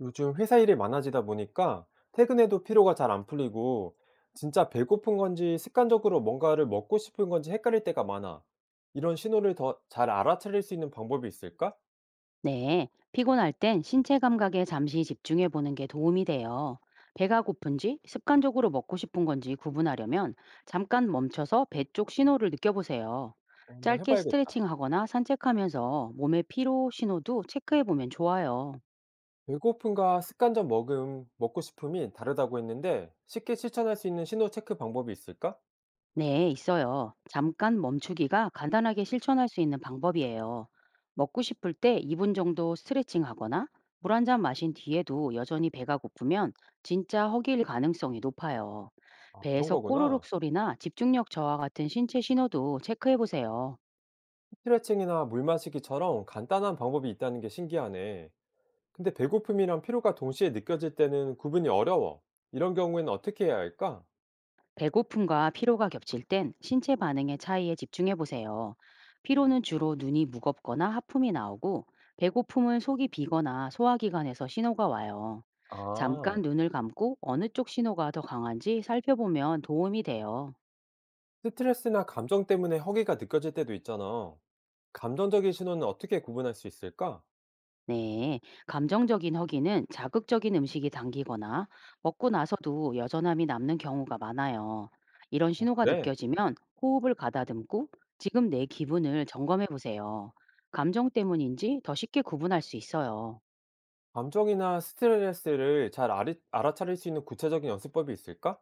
요즘 회사 일이 많아지다 보니까 퇴근해도 피로가 잘 안 풀리고 진짜 배고픈 건지 습관적으로 뭔가를 먹고 싶은 건지 헷갈릴 때가 많아. 이런 신호를 더 잘 알아차릴 수 있는 방법이 있을까? 네, 피곤할 땐 신체 감각에 잠시 집중해 보는 게 도움이 돼요. 배가 고픈지 습관적으로 먹고 싶은 건지 구분하려면 잠깐 멈춰서 배쪽 신호를 느껴보세요. 어, 한번 짧게 해봐야겠다. 스트레칭 하거나 산책하면서 몸의 피로 신호도 체크해 보면 좋아요. 배고픔과 습관적 먹음, 먹고 싶음이 다르다고 했는데 쉽게 실천할 수 있는 신호 체크 방법이 있을까? 네, 있어요. 잠깐 멈추기가 간단하게 실천할 수 있는 방법이에요. 먹고 싶을 때 2분 정도 스트레칭 하거나 물 한잔 마신 뒤에도 여전히 배가 고프면 진짜 허기일 가능성이 높아요. 아, 그런 배에서 꼬르륵 거구나. 소리나 집중력 저하 같은 신체 신호도 체크해 보세요. 스트레칭이나 물 마시기처럼 간단한 방법이 있다는 게 신기하네. 근데 배고픔이랑 피로가 동시에 느껴질 때는 구분이 어려워. 이런 경우에는 어떻게 해야 할까? 배고픔과 피로가 겹칠 땐 신체 반응의 차이에 집중해 보세요. 피로는 주로 눈이 무겁거나 하품이 나오고, 배고픔은 속이 비거나 소화기관에서 신호가 와요. 아, 잠깐 눈을 감고 어느 쪽 신호가 더 강한지 살펴보면 도움이 돼요. 스트레스나 감정 때문에 허기가 느껴질 때도 있잖아. 감정적인 신호는 어떻게 구분할 수 있을까? 네, 감정적인 허기는 자극적인 음식이 당기거나 먹고 나서도 여전함이 남는 경우가 많아요. 이런 어, 신호가 그래. 느껴지면 호흡을 가다듬고 지금 내 기분을 점검해 보세요. 감정 때문인지 더 쉽게 구분할 수 있어요. 감정이나 스트레스를 잘 알아차릴 수 있는 구체적인 연습법이 있을까?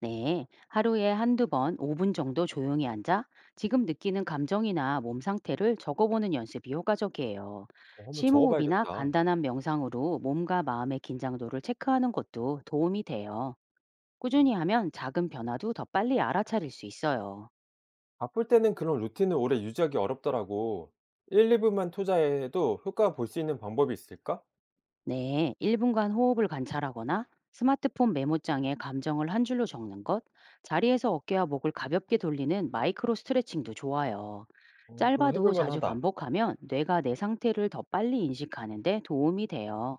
네, 하루에 한두 번 5분 정도 조용히 앉아 지금 느끼는 감정이나 몸 상태를 적어보는 연습이 효과적이에요. 어, 한번 심호흡이나 적어봐야겠다. 간단한 명상으로 몸과 마음의 긴장도를 체크하는 것도 도움이 돼요. 꾸준히 하면 작은 변화도 더 빨리 알아차릴 수 있어요. 바쁠 때는 그런 루틴을 오래 유지하기 어렵더라고. 1, 2분만 투자해도 효과 볼 수 있는 방법이 있을까? 네, 1분간 호흡을 관찰하거나 스마트폰 메모장에 감정을 한 줄로 적는 것, 자리에서 어깨와 목을 가볍게 돌리는 마이크로 스트레칭도 좋아요. 어, 그런 거 짧아도 해볼 자주 만하다. 반복하면 뇌가 내 상태를 더 빨리 인식하는데 도움이 돼요.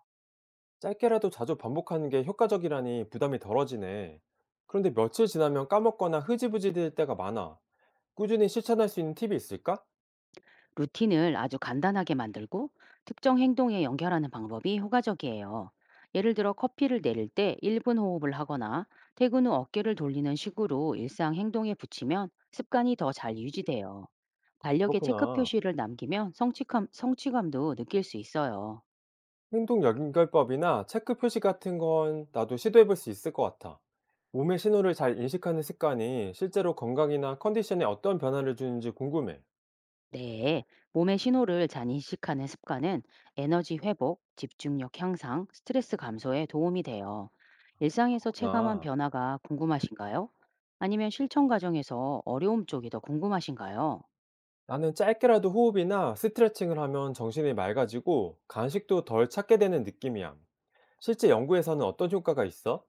짧게라도 자주 반복하는 게 효과적이라니 부담이 덜어지네. 그런데 며칠 지나면 까먹거나 흐지부지 될 때가 많아. 꾸준히 실천할 수 있는 팁이 있을까? 루틴을 아주 간단하게 만들고 특정 행동에 연결하는 방법이 효과적이에요. 예를 들어 커피를 내릴 때 1분 호흡을 하거나 퇴근 후 어깨를 돌리는 식으로 일상 행동에 붙이면 습관이 더 잘 유지돼요. 달력에 체크 그렇구나. 표시를 남기면 성취감도 느낄 수 있어요. 행동 연결법이나 체크 표시 같은 건 나도 시도해 볼 수 있을 것 같아. 몸의 신호를 잘 인식하는 습관이 실제로 건강이나 컨디션에 어떤 변화를 주는지 궁금해. 네, 몸의 신호를 잘 인식하는 습관은 에너지 회복, 집중력 향상, 스트레스 감소에 도움이 돼요. 일상에서 체감한 그렇구나. 변화가 궁금하신가요? 아니면 실천 과정에서 어려움 쪽이 더 궁금하신가요? 나는 짧게라도 호흡이나 스트레칭을 하면 정신이 맑아지고 간식도 덜 찾게 되는 느낌이야. 실제 연구에서는 어떤 효과가 있어?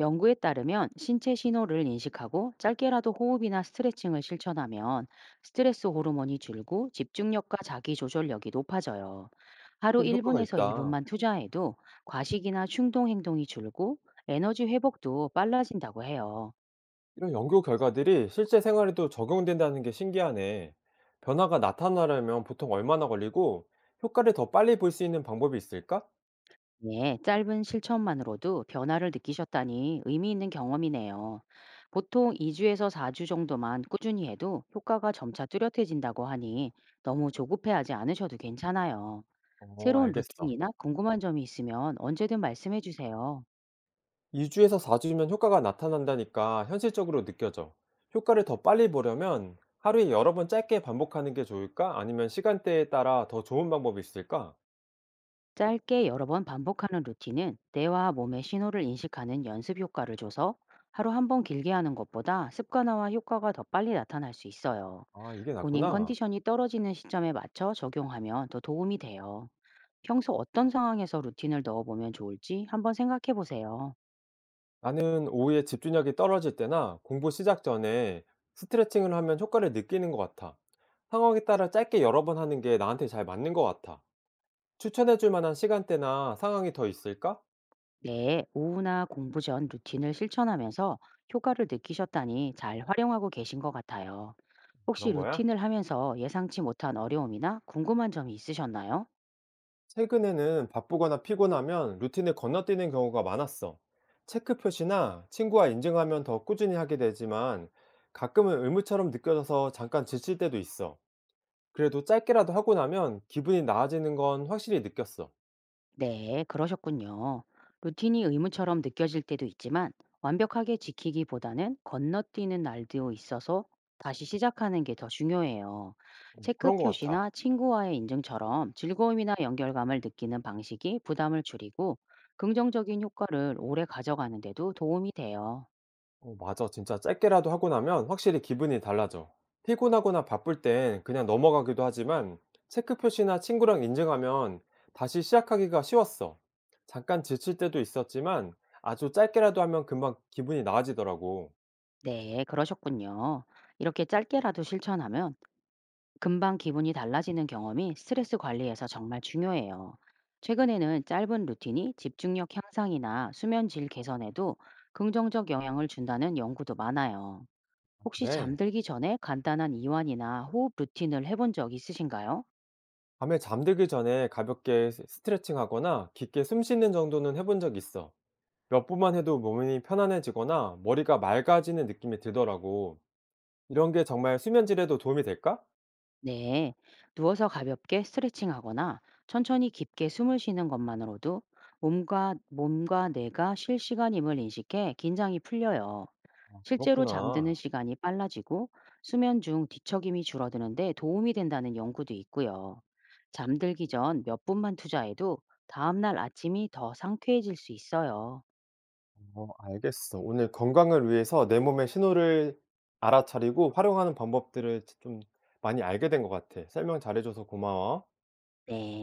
연구에 따르면 신체 신호를 인식하고 짧게라도 호흡이나 스트레칭을 실천하면 스트레스 호르몬이 줄고 집중력과 자기조절력이 높아져요. 하루 확실히 효과가 1분에서 있다. 2분만 투자해도 과식이나 충동 행동이 줄고 에너지 회복도 빨라진다고 해요. 이런 연구 결과들이 실제 생활에도 적용된다는 게 신기하네. 변화가 나타나려면 보통 얼마나 걸리고 효과를 더 빨리 볼 수 있는 방법이 있을까? 예, 짧은 실천만으로도 변화를 느끼셨다니 의미 있는 경험이네요. 보통 2주에서 4주 정도만 꾸준히 해도 효과가 점차 뚜렷해진다고 하니 너무 조급해하지 않으셔도 괜찮아요. 어, 새로운 알겠어. 루틴이나 궁금한 점이 있으면 언제든 말씀해 주세요. 2주에서 4주면 효과가 나타난다니까 현실적으로 느껴져. 효과를 더 빨리 보려면 하루에 여러 번 짧게 반복하는 게 좋을까? 아니면 시간대에 따라 더 좋은 방법이 있을까? 짧게 여러 번 반복하는 루틴은 뇌와 몸의 신호를 인식하는 연습 효과를 줘서 하루 한 번 길게 하는 것보다 습관화와 효과가 더 빨리 나타날 수 있어요. 아, 이게 본인 낫구나. 컨디션이 떨어지는 시점에 맞춰 적용하면 더 도움이 돼요. 평소 어떤 상황에서 루틴을 넣어보면 좋을지 한번 생각해 보세요. 나는 오후에 집중력이 떨어질 때나 공부 시작 전에 스트레칭을 하면 효과를 느끼는 것 같아. 상황에 따라 짧게 여러 번 하는 게 나한테 잘 맞는 것 같아. 추천해 줄 만한 시간대나 상황이 더 있을까? 네, 오후나 공부 전 루틴을 실천하면서 효과를 느끼셨다니 잘 활용하고 계신 것 같아요. 혹시 그런 거야? 루틴을 하면서 예상치 못한 어려움이나 궁금한 점이 있으셨나요? 최근에는 바쁘거나 피곤하면 루틴을 건너뛰는 경우가 많았어. 체크 표시나 친구와 인증하면 더 꾸준히 하게 되지만 가끔은 의무처럼 느껴져서 잠깐 지칠 때도 있어. 그래도 짧게라도 하고 나면 기분이 나아지는 건 확실히 느꼈어. 네, 그러셨군요. 루틴이 의무처럼 느껴질 때도 있지만 완벽하게 지키기보다는 건너뛰는 날도 있어서 다시 시작하는 게 더 중요해요. 체크 그런 것 같아. 표시나 친구와의 인증처럼 즐거움이나 연결감을 느끼는 방식이 부담을 줄이고 긍정적인 효과를 오래 가져가는 데도 도움이 돼요. 어, 맞아. 진짜 짧게라도 하고 나면 확실히 기분이 달라져. 피곤하거나 바쁠 땐 그냥 넘어가기도 하지만 체크 표시나 친구랑 인증하면 다시 시작하기가 쉬웠어. 잠깐 지칠 때도 있었지만 아주 짧게라도 하면 금방 기분이 나아지더라고. 네, 그러셨군요. 이렇게 짧게라도 실천하면 금방 기분이 달라지는 경험이 스트레스 관리에서 정말 중요해요. 최근에는 짧은 루틴이 집중력 향상이나 수면 질 개선에도 긍정적 영향을 준다는 연구도 많아요. 혹시 그래. 잠들기 전에 간단한 이완이나 호흡 루틴을 해본 적 있으신가요? 밤에 잠들기 전에 가볍게 스트레칭 하거나 깊게 숨 쉬는 정도는 해본 적 있어. 몇 분만 해도 몸이 편안해지거나 머리가 맑아지는 느낌이 들더라고. 이런 게 정말 수면 질에도 도움이 될까? 네. 누워서 가볍게 스트레칭하거나 천천히 깊게 숨을 쉬는 것만으로도 몸과 뇌가 실시간임을 인식해 긴장이 풀려요. 실제로 잠드는 그렇구나. 시간이 빨라지고 수면 중 뒤척임이 줄어드는데 도움이 된다는 연구도 있고요. 잠들기 전 몇 분만 투자해도 다음날 아침이 더 상쾌해질 수 있어요. 어, 알겠어. 오늘 건강을 위해서 내 몸의 신호를 알아차리고 활용하는 방법들을 좀 많이 알게 된 것 같아. 설명 잘해 줘서 고마워. 네.